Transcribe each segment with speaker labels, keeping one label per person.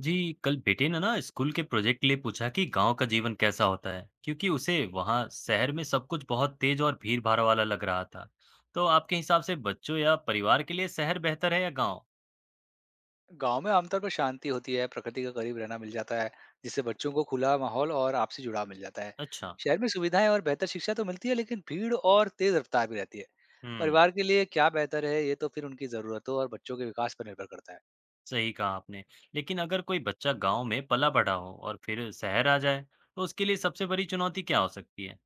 Speaker 1: जी, कल बेटे ने ना स्कूल के प्रोजेक्ट के लिए पूछा कि गांव का जीवन कैसा होता है, क्योंकि उसे वहां शहर में सब कुछ बहुत तेज और भीड़ भाड़ वाला लग रहा था। तो आपके हिसाब से बच्चों या परिवार के लिए शहर बेहतर है या गांव?
Speaker 2: गांव में आमतौर पर शांति होती है। प्रकृति के करीब रहना मिल जाता है, जिससे बच्चों को खुला माहौल और आपसी जुड़ाव मिल जाता है।
Speaker 1: अच्छा।
Speaker 2: शहर में सुविधाएं और बेहतर शिक्षा तो मिलती है, लेकिन भीड़ और तेज रफ्तार भी रहती है।
Speaker 1: हम्म।
Speaker 2: परिवार के लिए क्या बेहतर है, ये तो फिर उनकी जरूरतों और बच्चों के विकास पर निर्भर करता है।
Speaker 1: सही कहा आपने। लेकिन अगर कोई बच्चा गांव में पला बड़ा हो और फिर शहर आ जाए, तो उसके लिए सबसे बड़ी चुनौती क्या हो सकती है?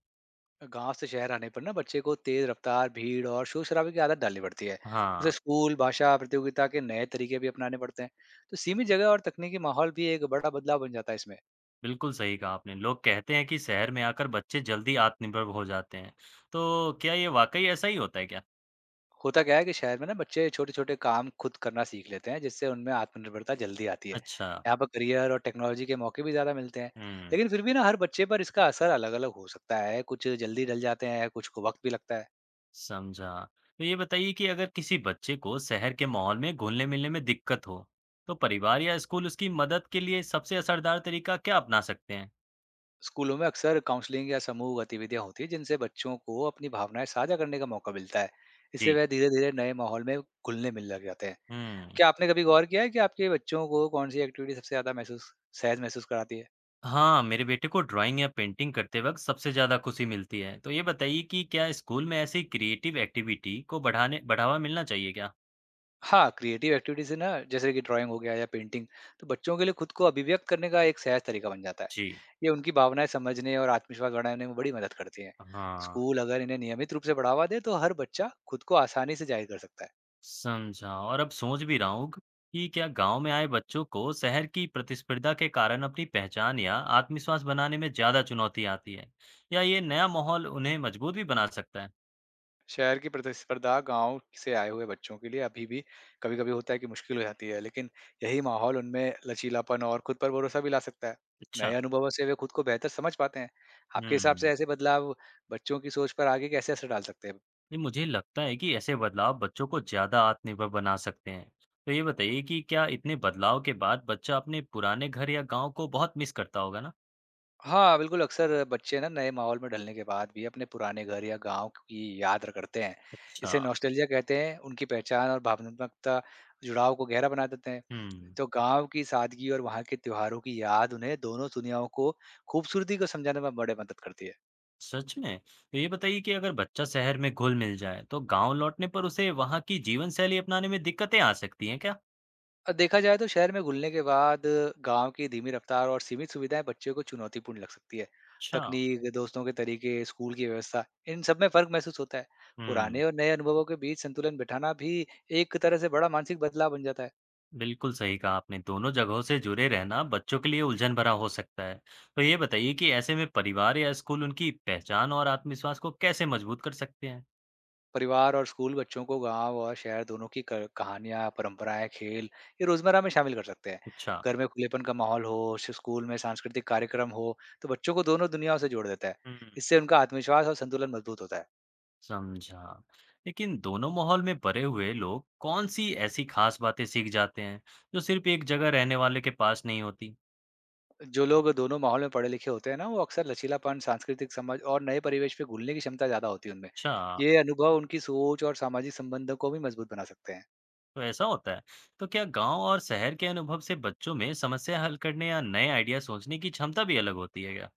Speaker 2: गांव से शहर आने पर ना बच्चे को तेज रफ्तार, भीड़ और शोर शराबे की आदत डालनी पड़ती है। उसे
Speaker 1: हाँ।
Speaker 2: स्कूल, भाषा, प्रतियोगिता के नए तरीके भी अपनाने पड़ते हैं। तो सीमित जगह और तकनीकी माहौल भी एक बड़ा बदलाव बन जाता है इसमें।
Speaker 1: बिल्कुल सही कहा आपने। लोग कहते हैं कि शहर में आकर बच्चे जल्दी आत्मनिर्भर हो जाते हैं। तो क्या ये वाकई ऐसा ही होता है क्या?
Speaker 2: होता क्या है कि शहर में ना बच्चे छोटे-छोटे काम खुद करना सीख लेते हैं, जिससे उनमें आत्मनिर्भरता जल्दी आती है।
Speaker 1: अच्छा।
Speaker 2: यहाँ पर करियर और टेक्नोलॉजी के मौके भी ज़्यादा मिलते हैं,
Speaker 1: हम्म।
Speaker 2: लेकिन फिर भी ना हर बच्चे पर इसका असर अलग-अलग हो सकता है, कुछ जल्दी ढल जाते हैं, कुछ को वक़्त भी लगता है।
Speaker 1: समझा। तो ये बताइए कि अगर किसी बच्चे को शहर के माहौल में घुलने-मिलने में दिक्कत हो, तो परिवार या स्कूल उसकी मदद के लिए सबसे असरदार तरीका क्या अपना सकते हैं?
Speaker 2: स्कूलों में अक्सर काउंसलिंग या समूह गतिविधियाँ होती है, जिनसे बच्चों को अपनी भावनाएं साझा करने का मौका मिलता है। इससे
Speaker 1: जी।
Speaker 2: वह धीरे-धीरे नए माहौल में घुलने मिलने लग जाते हैं।
Speaker 1: हुँ।
Speaker 2: क्या आपने कभी गौर किया है कि आपके बच्चों को कौन सी एक्टिविटी सबसे ज़्यादा महसूस सहज महसूस कराती है?
Speaker 1: हाँ, मेरे बेटे को ड्राइंग या पेंटिंग करते वक्त सबसे ज़्यादा खुशी मिलती है। तो ये बताइए कि क्या स्कूल में ऐसी क्रिएटिव एक्टिविटी को बढ़ाने बढ़ावा मिलना चाहिए क्या?
Speaker 2: हाँ, क्रिएटिव एक्टिविटी से ना, जैसे कि ड्राइंग हो गया या पेंटिंग, तो बच्चों के लिए खुद को अभिव्यक्त करने का एक सहज तरीका बन जाता है।
Speaker 1: जी।
Speaker 2: ये उनकी भावनाएँ समझने और आत्मविश्वास बढ़ाने में बड़ी मदद करती हैं।
Speaker 1: हाँ।
Speaker 2: स्कूल अगर इन्हें नियमित रूप से बढ़ावा दे, तो हर बच्चा खुद को आसानी से जाहिर कर सकता है।
Speaker 1: समझा। और अब सोच भी रहा हूँ कि क्या गांव में आए बच्चों को शहर की प्रतिस्पर्धा के कारण अपनी पहचान या आत्मविश्वास बनाने में ज्यादा चुनौती आती है, या ये नया माहौल उन्हें मजबूत भी बना सकता है।
Speaker 2: शहर की प्रतिस्पर्धा गांव से आए हुए बच्चों के लिए अभी भी कभी-कभी होता है कि मुश्किल हो जाती है, लेकिन यही माहौल उनमें लचीलापन और खुद पर भरोसा भी ला सकता है।
Speaker 1: अच्छा।
Speaker 2: नए अनुभवों से वे खुद को बेहतर समझ पाते हैं। आपके हिसाब
Speaker 1: हम्म।
Speaker 2: से ऐसे बदलाव बच्चों की सोच पर आगे कैसे असर डाल सकते हैं?
Speaker 1: ये मुझे लगता है कि ऐसे बदलाव बच्चों को ज्यादा आत्मनिर्भर बना सकते हैं। तो ये बताइए कि क्या इतने बदलाव के बाद बच्चा अपने पुराने घर या गांव को बहुत मिस करता होगा ना?
Speaker 2: हाँ, बिल्कुल, अक्सर बच्चे ना नए माहौल में ढलने के बाद भी अपने पुराने घर या गाँव की याद र करते हैं।
Speaker 1: अच्छा।
Speaker 2: इसे नॉस्टैल्जिया कहते हैं, उनकी पहचान और भावनात्मकता जुड़ाव को गहरा बना देते हैं।
Speaker 1: हम्म।
Speaker 2: तो गाँव की सादगी और वहाँ के त्योहारों की याद उन्हें दोनों दुनियाओं को खूबसूरती को समझाने में बड़े मदद करती है।
Speaker 1: सच में? तो ये बताइए कि अगर बच्चा शहर में घुल-मिल जाए, तो गाँव लौटने पर उसे वहाँ की जीवनशैली अपनाने में दिक्कतें आ सकती हैं क्या?
Speaker 2: देखा जाए तो शहर में घुलने के बाद गांव की धीमी रफ्तार और सीमित सुविधाएं बच्चों को चुनौतीपूर्ण लग सकती है।
Speaker 1: अच्छा।
Speaker 2: तकनीक, दोस्तों के तरीके, स्कूल की व्यवस्था, इन सब में फर्क महसूस होता है।
Speaker 1: हुँ,
Speaker 2: पुराने और नए अनुभवों के बीच संतुलन बिठाना भी एक तरह से बड़ा मानसिक बदलाव बन जाता है।
Speaker 1: बिल्कुल सही कहा आपने। दोनों जगहों से जुड़े रहना बच्चों के लिए उलझन भरा हो सकता है। तो ये बताइए कि ऐसे में परिवार या स्कूल उनकी पहचान और आत्मविश्वास को कैसे मजबूत कर सकते हैं?
Speaker 2: परिवार और स्कूल बच्चों को गांव और शहर दोनों की कहानियां, परंपराएं, खेल, ये रोजमर्रा में शामिल कर सकते हैं।
Speaker 1: अच्छा।
Speaker 2: घर में खुलेपन का माहौल हो, स्कूल में सांस्कृतिक कार्यक्रम हो, तो बच्चों को दोनों दुनियाओं से जोड़ देता है।
Speaker 1: हुँ,
Speaker 2: इससे उनका आत्मविश्वास और संतुलन मजबूत होता है।
Speaker 1: समझा। लेकिन दोनों माहौल में पले हुए लोग कौन-सी ऐसी खास बातें सीख जाते हैं, जो सिर्फ़ एक जगह रहने वाले के पास नहीं होती?
Speaker 2: जो लोग दोनों माहौल में पढ़े-लिखे होते हैं ना, वो अक्सर लचीलापन, सांस्कृतिक समझ और नए परिवेश में घुलने की क्षमता ज़्यादा होती है उनमें।
Speaker 1: अच्छा।
Speaker 2: ये अनुभव उनकी सोच और सामाजिक संबंधों को भी मजबूत बना सकते हैं।
Speaker 1: तो ऐसा होता है। तो क्या गांव और शहर के अनुभव से बच्चों में समस्या हल करने या नए आइडिया सोचने की क्षमता भी अलग होती है क्या?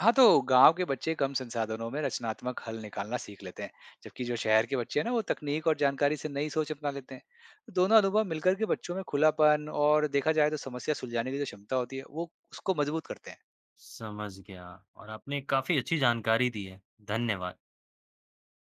Speaker 2: हाँ, तो गाँव के बच्चे कम संसाधनों में रचनात्मक हल निकालना सीख लेते हैं, जबकि जो शहर के बच्चे हैं ना, वो तकनीक और जानकारी से नई सोच अपना लेते हैं। तो दोनों अनुभव मिलकर के बच्चों में खुलापन और देखा जाए तो समस्या सुलझाने की जो क्षमता होती है, वो उसको मजबूत करते हैं।
Speaker 1: समझ गया। और आपने काफी अच्छी जानकारी दी है। धन्यवाद।